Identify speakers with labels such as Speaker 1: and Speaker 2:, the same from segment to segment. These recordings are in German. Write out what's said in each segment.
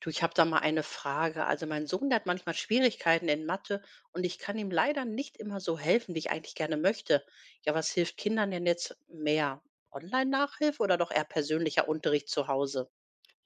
Speaker 1: Du, ich habe da mal eine Frage. Also mein Sohn, der hat manchmal Schwierigkeiten in Mathe und ich kann ihm leider nicht immer so helfen, wie ich eigentlich gerne möchte. Ja, was hilft Kindern denn jetzt mehr? Online-Nachhilfe oder doch eher persönlicher Unterricht zu Hause?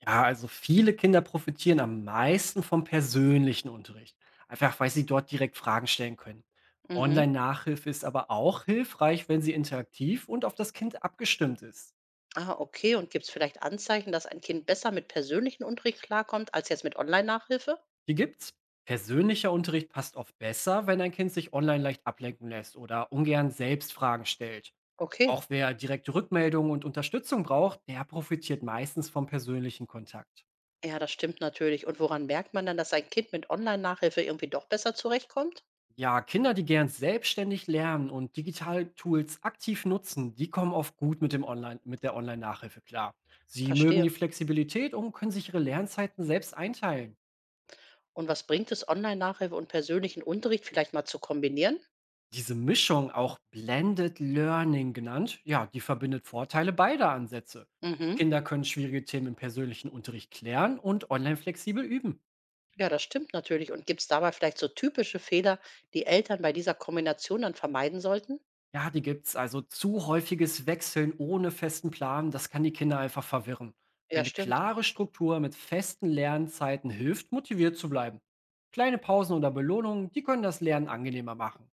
Speaker 2: Ja, also viele Kinder profitieren am meisten vom persönlichen Unterricht, einfach weil sie dort direkt Fragen stellen können.
Speaker 1: Mhm.
Speaker 2: Online-Nachhilfe ist aber auch hilfreich, wenn sie interaktiv und auf das Kind abgestimmt ist.
Speaker 1: Ah, okay. Und gibt es vielleicht Anzeichen, dass ein Kind besser mit persönlichem Unterricht klarkommt als jetzt mit Online-Nachhilfe?
Speaker 2: Hier gibt's. Persönlicher Unterricht passt oft besser, wenn ein Kind sich online leicht ablenken lässt oder ungern selbst Fragen stellt.
Speaker 1: Okay.
Speaker 2: Auch wer direkte Rückmeldungen und Unterstützung braucht, der profitiert meistens vom persönlichen Kontakt.
Speaker 1: Ja, das stimmt natürlich. Und woran merkt man dann, dass ein Kind mit Online-Nachhilfe irgendwie doch besser zurechtkommt?
Speaker 2: Ja, Kinder, die gern selbstständig lernen und digitale Tools aktiv nutzen, die kommen oft gut mit, mit der Online-Nachhilfe klar. Sie mögen
Speaker 1: Verstehe.
Speaker 2: die Flexibilität und können sich ihre Lernzeiten selbst einteilen.
Speaker 1: Und was bringt es, Online-Nachhilfe und persönlichen Unterricht vielleicht mal zu kombinieren?
Speaker 2: Diese Mischung, auch Blended Learning genannt, ja, die verbindet Vorteile beider Ansätze.
Speaker 1: Mhm.
Speaker 2: Kinder können schwierige Themen im persönlichen Unterricht klären und online flexibel üben.
Speaker 1: Ja, das stimmt natürlich. Und gibt es dabei vielleicht so typische Fehler, die Eltern bei dieser Kombination dann vermeiden sollten?
Speaker 2: Ja, die gibt's. Also zu häufiges Wechseln ohne festen Plan, das kann die Kinder einfach verwirren.
Speaker 1: Ja,
Speaker 2: Eine
Speaker 1: stimmt.
Speaker 2: klare Struktur mit festen Lernzeiten hilft, motiviert zu bleiben. Kleine Pausen oder Belohnungen, die können das Lernen angenehmer machen.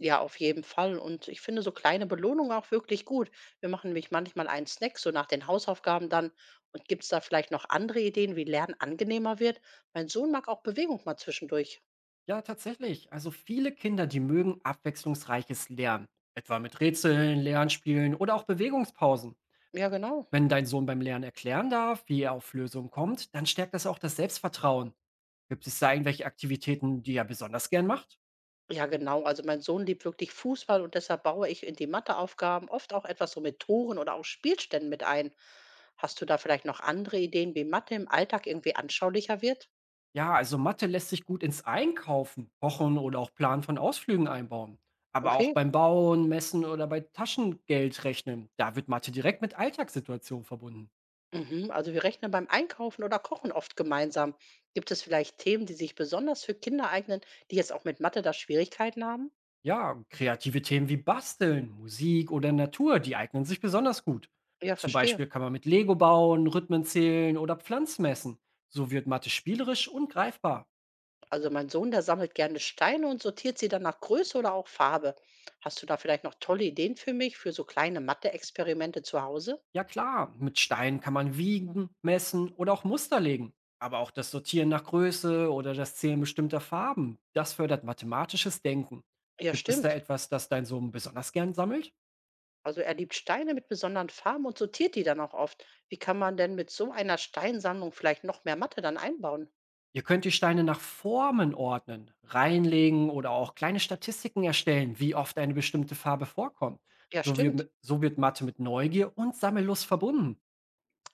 Speaker 1: Ja, auf jeden Fall. Und ich finde so kleine Belohnungen auch wirklich gut. Wir machen nämlich manchmal einen Snack, so nach den Hausaufgaben dann. Und gibt es da vielleicht noch andere Ideen, wie Lernen angenehmer wird? Mein Sohn mag auch Bewegung mal zwischendurch.
Speaker 2: Ja, tatsächlich. Also viele Kinder, die mögen abwechslungsreiches Lernen. Etwa mit Rätseln, Lernspielen oder auch Bewegungspausen.
Speaker 1: Ja, genau.
Speaker 2: Wenn dein Sohn beim Lernen erklären darf, wie er auf Lösungen kommt, dann stärkt das auch das Selbstvertrauen. Gibt es da irgendwelche Aktivitäten, die er besonders gern macht?
Speaker 1: Ja, genau. Also mein Sohn liebt wirklich Fußball und deshalb baue ich in die Matheaufgaben oft auch etwas so mit Toren oder auch Spielständen mit ein. Hast du da vielleicht noch andere Ideen, wie Mathe im Alltag irgendwie anschaulicher wird?
Speaker 2: Ja, also Mathe lässt sich gut ins Einkaufen, Kochen oder auch Planen von Ausflügen einbauen. Aber auch
Speaker 1: Okay.
Speaker 2: beim Bauen, Messen oder bei Taschengeldrechnen, da wird Mathe direkt mit Alltagssituationen verbunden.
Speaker 1: Mhm. Also wir rechnen beim Einkaufen oder Kochen oft gemeinsam. Gibt es vielleicht Themen, die sich besonders für Kinder eignen, die jetzt auch mit Mathe da Schwierigkeiten haben?
Speaker 2: Ja, kreative Themen wie Basteln, Musik oder Natur, die eignen sich besonders gut.
Speaker 1: Ja,
Speaker 2: Zum
Speaker 1: verstehe.
Speaker 2: Beispiel kann man mit Lego bauen, Rhythmen zählen oder Pflanzen messen. So wird Mathe spielerisch und greifbar.
Speaker 1: Also mein Sohn, der sammelt gerne Steine und sortiert sie dann nach Größe oder auch Farbe. Hast du da vielleicht noch tolle Ideen für mich, für so kleine Mathe-Experimente zu Hause?
Speaker 2: Ja klar, mit Steinen kann man wiegen, messen oder auch Muster legen. Aber auch das Sortieren nach Größe oder das Zählen bestimmter Farben, das fördert mathematisches Denken.
Speaker 1: Ja,
Speaker 2: Gibt es da
Speaker 1: stimmt.
Speaker 2: etwas, das dein Sohn besonders gern sammelt?
Speaker 1: Also er liebt Steine mit besonderen Farben und sortiert die dann auch oft. Wie kann man denn mit so einer Steinsammlung vielleicht noch mehr Mathe dann einbauen?
Speaker 2: Ihr könnt die Steine nach Formen ordnen, reinlegen oder auch kleine Statistiken erstellen, wie oft eine bestimmte Farbe vorkommt.
Speaker 1: Ja,
Speaker 2: So
Speaker 1: stimmt.
Speaker 2: wird, so wird Mathe mit Neugier und Sammellust verbunden.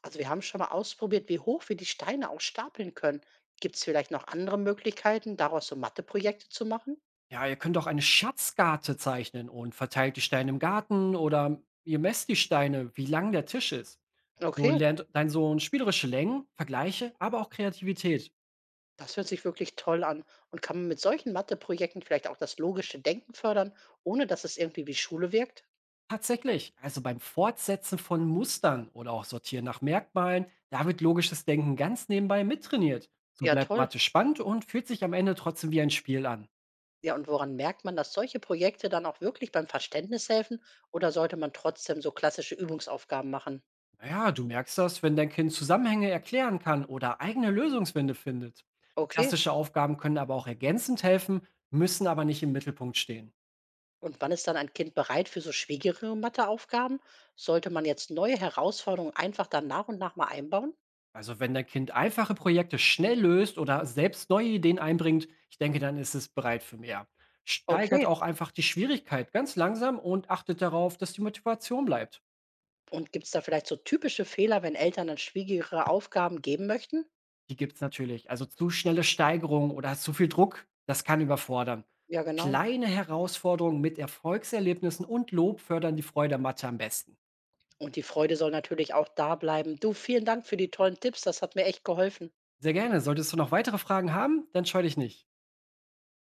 Speaker 1: Also wir haben schon mal ausprobiert, wie hoch wir die Steine auch stapeln können. Gibt es vielleicht noch andere Möglichkeiten, daraus so Matheprojekte zu machen?
Speaker 2: Ja, ihr könnt auch eine Schatzkarte zeichnen und verteilt die Steine im Garten oder ihr messt die Steine, wie lang der Tisch ist. Du
Speaker 1: Okay,
Speaker 2: lernst dein Sohn spielerische Längen, Vergleiche, aber auch Kreativität.
Speaker 1: das hört sich wirklich toll an. Und kann man mit solchen Matheprojekten vielleicht auch das logische Denken fördern, ohne dass es irgendwie wie Schule wirkt?
Speaker 2: Tatsächlich, also beim Fortsetzen von Mustern oder auch Sortieren nach Merkmalen, da wird logisches Denken ganz nebenbei mittrainiert. So
Speaker 1: Ja,
Speaker 2: bleibt
Speaker 1: toll.
Speaker 2: Mathe spannend und fühlt sich am Ende trotzdem wie ein Spiel an.
Speaker 1: Ja, und woran merkt man, dass solche Projekte dann auch wirklich beim Verständnis helfen? Oder sollte man trotzdem so klassische Übungsaufgaben machen?
Speaker 2: Naja, du merkst das, wenn dein Kind Zusammenhänge erklären kann oder eigene Lösungswände findet.
Speaker 1: Okay.
Speaker 2: Klassische Aufgaben können aber auch ergänzend helfen, müssen aber nicht im Mittelpunkt stehen.
Speaker 1: Und wann ist dann ein Kind bereit für so schwierigere Matheaufgaben? Sollte man jetzt neue Herausforderungen einfach dann nach und nach mal einbauen?
Speaker 2: Also wenn dein Kind einfache Projekte schnell löst oder selbst neue Ideen einbringt, ich denke, dann ist es bereit für mehr. Steigert
Speaker 1: Okay.
Speaker 2: auch einfach die Schwierigkeit ganz langsam und achtet darauf, dass die Motivation bleibt.
Speaker 1: Und gibt es da vielleicht so typische Fehler, wenn Eltern dann schwierigere Aufgaben geben möchten?
Speaker 2: Die gibt es natürlich. Also zu schnelle Steigerung oder zu viel Druck, das kann überfordern.
Speaker 1: Ja, genau.
Speaker 2: Kleine Herausforderungen mit Erfolgserlebnissen und Lob fördern die Freude am Mathe am besten.
Speaker 1: Und die Freude soll natürlich auch da bleiben. Du, vielen Dank für die tollen Tipps. Das hat mir echt geholfen.
Speaker 2: Sehr gerne. Solltest du noch weitere Fragen haben, dann scheu dich nicht.